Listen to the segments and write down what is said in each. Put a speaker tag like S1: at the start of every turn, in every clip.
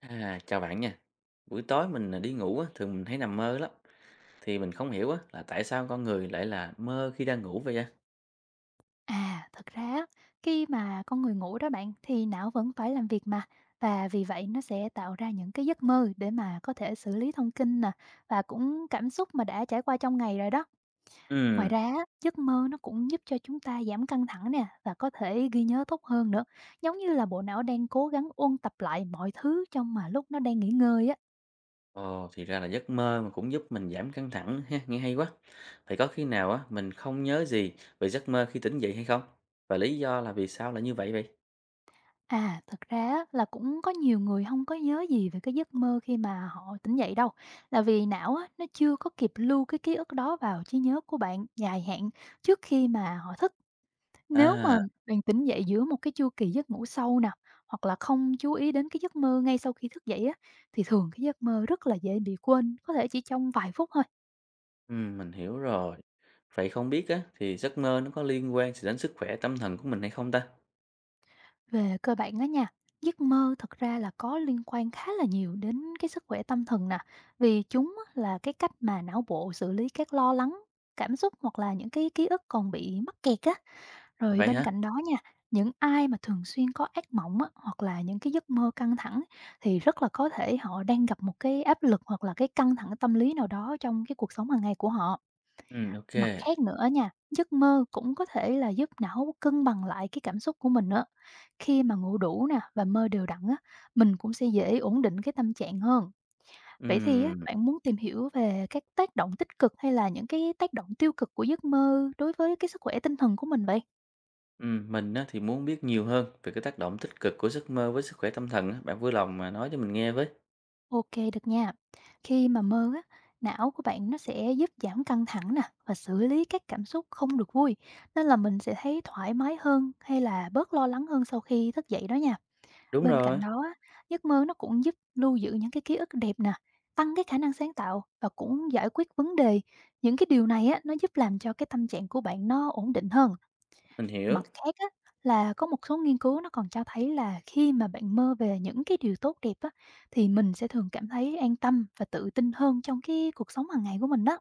S1: À, chào bạn nha. Buổi tối mình à, đi ngủ á, thường mình thấy nằm mơ lắm. Thì mình không hiểu á, là tại sao con người lại là mơ khi đang ngủ vậy á.
S2: À, thật ra á, khi mà con người ngủ đó bạn thì não vẫn phải làm việc mà và vì vậy nó sẽ tạo ra những cái giấc mơ để mà có thể xử lý thông tin nè và cũng cảm xúc mà đã trải qua trong ngày rồi đó. Ngoài
S1: Ừ,
S2: ra, á, giấc mơ nó cũng giúp cho chúng ta giảm căng thẳng nè và có thể ghi nhớ tốt hơn nữa. Giống như là bộ não đang cố gắng ôn tập lại mọi thứ trong mà lúc nó đang nghỉ ngơi á.
S1: ồ, thì ra là giấc mơ mà cũng giúp mình giảm căng thẳng ha, nghe hay quá. Vậy có khi nào á, mình không nhớ gì về giấc mơ khi tỉnh dậy hay không? Và lý do là vì sao lại như vậy vậy?
S2: À, thực ra á, là cũng có nhiều người không có nhớ gì về cái giấc mơ khi mà họ tỉnh dậy đâu, là vì não á, nó chưa có kịp lưu cái ký ức đó vào trí nhớ của bạn dài hạn trước khi mà họ thức. Nếu
S1: À,
S2: mà bạn tỉnh dậy giữa một cái chu kỳ giấc ngủ sâu nè, hoặc là không chú ý đến cái giấc mơ ngay sau khi thức dậy á, thì thường cái giấc mơ rất là dễ bị quên, có thể chỉ trong vài phút thôi.
S1: ừ, mình hiểu rồi. Vậy không biết á, thì giấc mơ nó có liên quan gì đến sức khỏe tâm thần của mình hay không ta?
S2: Về cơ bản đó nha, giấc mơ thật ra là có liên quan khá là nhiều đến cái sức khỏe tâm thần nè, vì chúng á là cái cách mà não bộ xử lý các lo lắng, cảm xúc hoặc là những cái ký ức còn bị mắc kẹt á. Rồi
S1: Vậy
S2: bên
S1: hả?
S2: cạnh đó nha, những ai mà thường xuyên có ác mộng á, hoặc là những cái giấc mơ căng thẳng thì rất là có thể họ đang gặp một cái áp lực hoặc là cái căng thẳng tâm lý nào đó trong cái cuộc sống hàng ngày của họ.
S1: Ừ, ok.
S2: Mặt khác nữa nha, giấc mơ cũng có thể là giúp não cân bằng lại cái cảm xúc của mình nữa. Khi mà ngủ đủ nè và mơ đều đặn á, mình cũng sẽ dễ ổn định cái tâm trạng hơn. Vậy thì á,
S1: Ừ.
S2: bạn muốn tìm hiểu về các tác động tích cực hay là những cái tác động tiêu cực của giấc mơ đối với cái sức khỏe tinh thần của mình vậy?
S1: Mình á, thì muốn biết nhiều hơn về cái tác động tích cực của giấc mơ với sức khỏe tâm thần á. Bạn vui lòng mà nói cho mình nghe với.
S2: Ok được nha. Khi mà mơ á, não của bạn nó sẽ giúp giảm căng thẳng nè và xử lý các cảm xúc không được vui, nên là mình sẽ thấy thoải mái hơn hay là bớt lo lắng hơn sau khi thức dậy đó nha.
S1: Đúng
S2: Bên
S1: rồi,
S2: cạnh đó á, giấc mơ nó cũng giúp lưu giữ những cái ký ức đẹp nè, tăng cái khả năng sáng tạo và cũng giải quyết vấn đề. Những cái điều này á, nó giúp làm cho cái tâm trạng của bạn nó ổn định hơn.
S1: mình hiểu.
S2: Mặt khác á, là có một số nghiên cứu nó còn cho thấy là khi mà bạn mơ về những cái điều tốt đẹp á, thì mình sẽ thường cảm thấy an tâm và tự tin hơn trong cái cuộc sống hàng ngày của mình đó.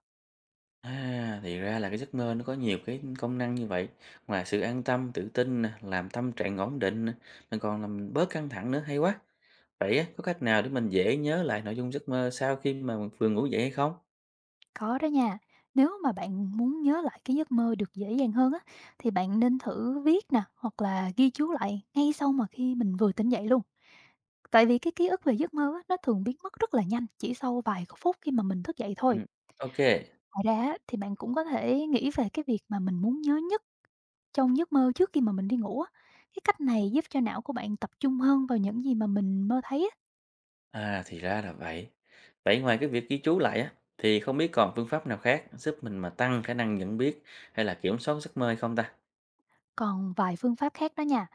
S1: À, thì ra là cái giấc mơ nó có nhiều cái công năng như vậy. Ngoài sự an tâm, tự tin, nè, làm tâm trạng ổn định, nè, mình còn làm bớt căng thẳng nữa. Hay quá. Vậy á, có cách nào để mình dễ nhớ lại nội dung giấc mơ sau khi mà mình vừa ngủ dậy hay không?
S2: Có đó nha. Nếu mà bạn muốn nhớ lại cái giấc mơ được dễ dàng hơn á, thì bạn nên thử viết nè hoặc là ghi chú lại ngay sau mà khi mình vừa tỉnh dậy luôn. Tại vì cái ký ức về giấc mơ á, nó thường biến mất rất là nhanh, chỉ sau vài phút khi mà mình thức dậy thôi.
S1: Ừm, ok.
S2: Ngoài ra á, thì bạn cũng có thể nghĩ về cái việc mà mình muốn nhớ nhất trong giấc mơ trước khi mà mình đi ngủ á. Cái cách này giúp cho não của bạn tập trung hơn vào những gì mà mình mơ thấy á.
S1: À, thì ra là vậy. Vậy ngoài cái việc ghi chú lại á, thì không biết còn phương pháp nào khác giúp mình mà tăng khả năng nhận biết hay là kiểm soát giấc mơ hay không ta?
S2: Còn vài phương pháp khác đó nha,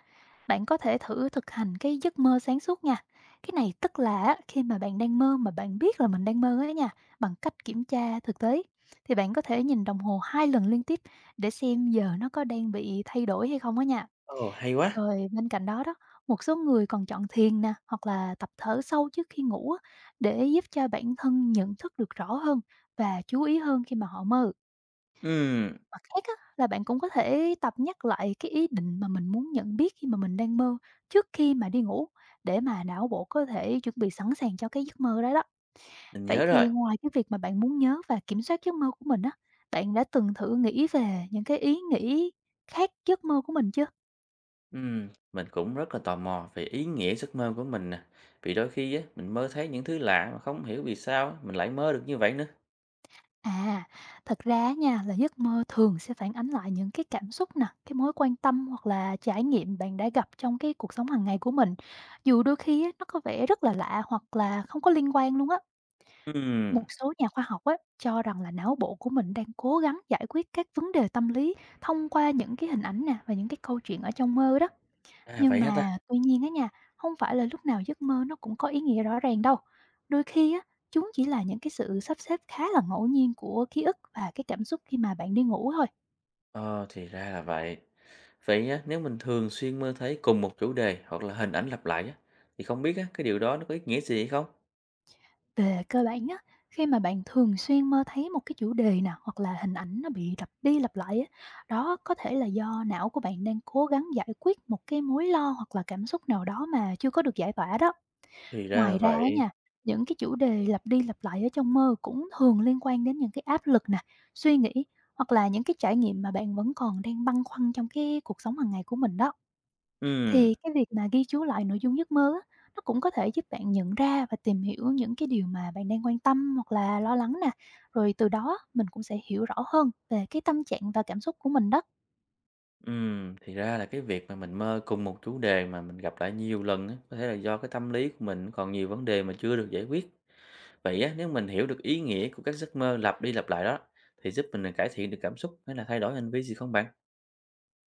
S2: bạn có thể thử thực hành cái giấc mơ sáng suốt nha. Cái này tức là á, khi mà bạn đang mơ mà bạn biết là mình đang mơ ấy nha, bằng cách kiểm tra thực tế. Thì bạn có thể nhìn đồng hồ 2 lần liên tiếp để xem giờ nó có đang bị thay đổi hay không á nha.
S1: Ồ, hay quá.
S2: Rồi bên cạnh đó đó, một số người còn chọn thiền nè, hoặc là tập thở sâu trước khi ngủ á, để giúp cho bản thân nhận thức được rõ hơn và chú ý hơn khi mà họ mơ.
S1: Ừm,
S2: Mặt khác á, là bạn cũng có thể tập nhắc lại cái ý định mà mình muốn nhận biết khi mà mình đang mơ trước khi mà đi ngủ, để mà não bộ có thể chuẩn bị sẵn sàng cho cái giấc mơ đó đó.
S1: mình
S2: Vậy
S1: nhớ rồi.
S2: thì ngoài cái việc mà bạn muốn nhớ và kiểm soát giấc mơ của mình á, bạn đã từng thử nghĩ về những cái ý nghĩ khác giấc mơ của mình chưa?
S1: Mình cũng rất là tò mò về ý nghĩa giấc mơ của mình nè. Vì đôi khi á, mình mơ thấy những thứ lạ mà không hiểu vì sao á, mình lại mơ được như vậy nữa.
S2: À, thật ra nha là giấc mơ thường sẽ phản ánh lại những cái cảm xúc nè, cái mối quan tâm hoặc là trải nghiệm bạn đã gặp trong cái cuộc sống hàng ngày của mình. Dù đôi khi á, nó có vẻ rất là lạ hoặc là không có liên quan luôn á.
S1: Ừm,
S2: Một số nhà khoa học á, cho rằng là não bộ của mình đang cố gắng giải quyết các vấn đề tâm lý thông qua những cái hình ảnh nè và những cái câu chuyện ở trong mơ đó.
S1: à
S2: Nhưng
S1: vậy hả ta?
S2: mà tuy nhiên á nha, không phải là lúc nào giấc mơ nó cũng có ý nghĩa rõ ràng đâu. Đôi khi á, chúng chỉ là những cái sự sắp xếp khá là ngẫu nhiên của ký ức và cái cảm xúc khi mà bạn đi ngủ thôi.
S1: Ờ, thì ra là vậy. Vậy á, nếu mình thường xuyên mơ thấy cùng một chủ đề hoặc là hình ảnh lặp lại á, thì không biết á, cái điều đó nó có ý nghĩa gì hay không?
S2: Về cơ bản á, khi mà bạn thường xuyên mơ thấy một cái chủ đề nào hoặc là hình ảnh nó bị lặp đi lặp lại á, đó có thể là do não của bạn đang cố gắng giải quyết một cái mối lo hoặc là cảm xúc nào đó mà chưa có được giải tỏa đó.
S1: Thì ra là
S2: Ngoài ra á
S1: vậy.
S2: nha, những cái chủ đề lặp đi lặp lại ở trong mơ cũng thường liên quan đến những cái áp lực nè, suy nghĩ hoặc là những cái trải nghiệm mà bạn vẫn còn đang băn khoăn trong cái cuộc sống hàng ngày của mình đó.
S1: Ừm,
S2: Thì cái việc mà ghi chú lại nội dung giấc mơ á, nó cũng có thể giúp bạn nhận ra và tìm hiểu những cái điều mà bạn đang quan tâm hoặc là lo lắng nè. Rồi từ đó mình cũng sẽ hiểu rõ hơn về cái tâm trạng và cảm xúc của mình đó.
S1: ừm, thì ra là cái việc mà mình mơ cùng một chủ đề mà mình gặp lại nhiều lần á, có thể là do cái tâm lý của mình còn nhiều vấn đề mà chưa được giải quyết. Vậy á, nếu mình hiểu được ý nghĩa của các giấc mơ lặp đi lặp lại đó, thì giúp mình à, cải thiện được cảm xúc hay là thay đổi hành vi gì không bạn?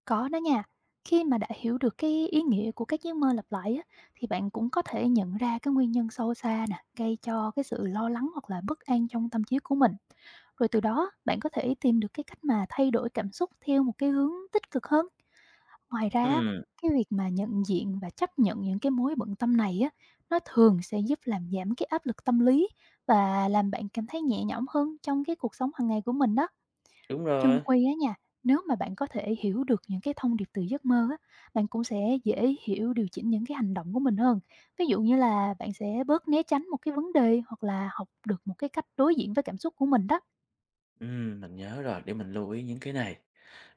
S2: Có đó nha. Khi mà đã hiểu được cái ý nghĩa của các giấc mơ lặp lại á, thì bạn cũng có thể nhận ra cái nguyên nhân sâu xa nè, gây cho cái sự lo lắng hoặc là bất an trong tâm trí của mình. Rồi từ đó bạn có thể tìm được cái cách mà thay đổi cảm xúc theo một cái hướng tích cực hơn. Ngoài ra, á,
S1: Ừm,
S2: cái việc mà nhận diện và chấp nhận những cái mối bận tâm này á, nó thường sẽ giúp làm giảm cái áp lực tâm lý và làm bạn cảm thấy nhẹ nhõm hơn trong cái cuộc sống hàng ngày của mình đó.
S1: đúng
S2: Chung
S1: rồi.
S2: quy á nha, nếu mà bạn có thể hiểu được những cái thông điệp từ giấc mơ á, bạn cũng sẽ dễ hiểu điều chỉnh những cái hành động của mình hơn. Ví dụ như là bạn sẽ bớt né tránh một cái vấn đề hoặc là học được một cái cách đối diện với cảm xúc của mình đó.
S1: Mình nhớ rồi, để mình lưu ý những cái này.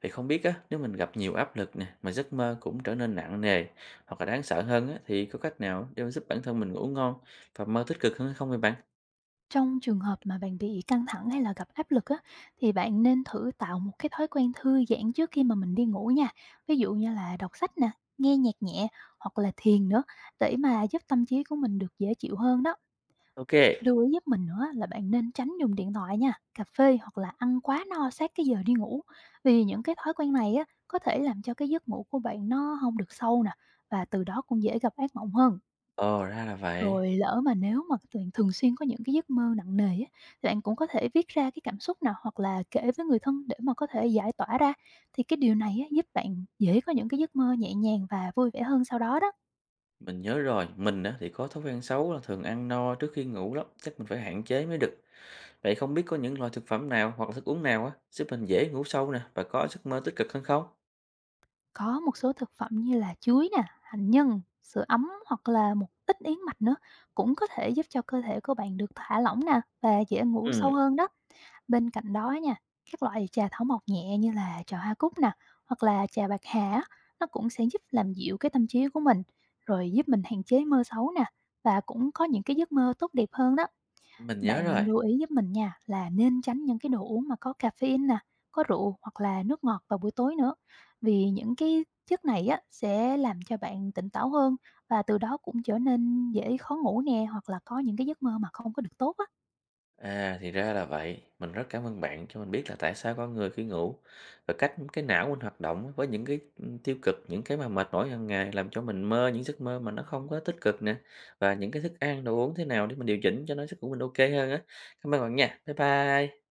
S1: Vậy không biết á, nếu mình gặp nhiều áp lực nè, mà giấc mơ cũng trở nên nặng nề hoặc là đáng sợ hơn á, thì có cách nào để mà giúp bản thân mình ngủ ngon và mơ tích cực hơn hay không vậy bạn?
S2: Trong trường hợp mà bạn bị căng thẳng hay là gặp áp lực á, thì bạn nên thử tạo một cái thói quen thư giãn trước khi mà mình đi ngủ nha. Ví dụ như là đọc sách nè, nghe nhạc nhẹ hoặc là thiền nữa, để mà giúp tâm trí của mình được dễ chịu hơn đó.
S1: Ok.
S2: Lưu ý giúp mình nữa là bạn nên tránh dùng điện thoại nha, cà phê hoặc là ăn quá no sát cái giờ đi ngủ. Vì những cái thói quen này á có thể làm cho cái giấc ngủ của bạn nó không được sâu nè và từ đó cũng dễ gặp ác mộng hơn.
S1: Ồ, ra là vậy.
S2: Rồi lỡ mà nếu mà thường thường xuyên có những cái giấc mơ nặng nề á, thì bạn cũng có thể viết ra cái cảm xúc nào hoặc là kể với người thân để mà có thể giải tỏa ra. Thì cái điều này á giúp bạn dễ có những cái giấc mơ nhẹ nhàng và vui vẻ hơn sau đó đó.
S1: Mình nhớ rồi, mình á thì có thói quen xấu là thường ăn no trước khi ngủ lắm, chắc mình phải hạn chế mới được. Vậy không biết có những loại thực phẩm nào hoặc là thức uống nào á giúp mình dễ ngủ sâu nè và có giấc mơ tích cực hơn không?
S2: Có một số thực phẩm như là chuối nè, hành nhân, sữa ấm hoặc là một ít yến mạch nữa cũng có thể giúp cho cơ thể của bạn được thả lỏng nè và dễ ngủ
S1: Ừ,
S2: sâu hơn đó. Bên cạnh đó nha, các loại trà thảo mộc nhẹ như là trà hoa cúc nè hoặc là trà bạc hà á, nó cũng sẽ giúp làm dịu cái tâm trí của mình, rồi giúp mình hạn chế mơ xấu nè và cũng có những cái giấc mơ tốt đẹp hơn đó.
S1: mình nhớ
S2: Bạn
S1: rồi.
S2: lưu ý giúp mình nha là nên tránh những cái đồ uống mà có caffeine nè, có rượu hoặc là nước ngọt vào buổi tối nữa. Vì những cái chất này á sẽ làm cho bạn tỉnh táo hơn và từ đó cũng trở nên dễ khó ngủ nè hoặc là có những cái giấc mơ mà không có được tốt á.
S1: À, thì ra là vậy. Mình rất cảm ơn bạn cho mình biết là tại sao con người khi ngủ và cách cái não mình hoạt động với những cái tiêu cực, những cái mà mệt mỏi hàng ngày làm cho mình mơ những giấc mơ mà nó không có tích cực nè và những cái thức ăn đồ uống thế nào để mình điều chỉnh cho nó giấc ngủ mình ok hơn á. Cảm ơn bạn nha. Bye bye.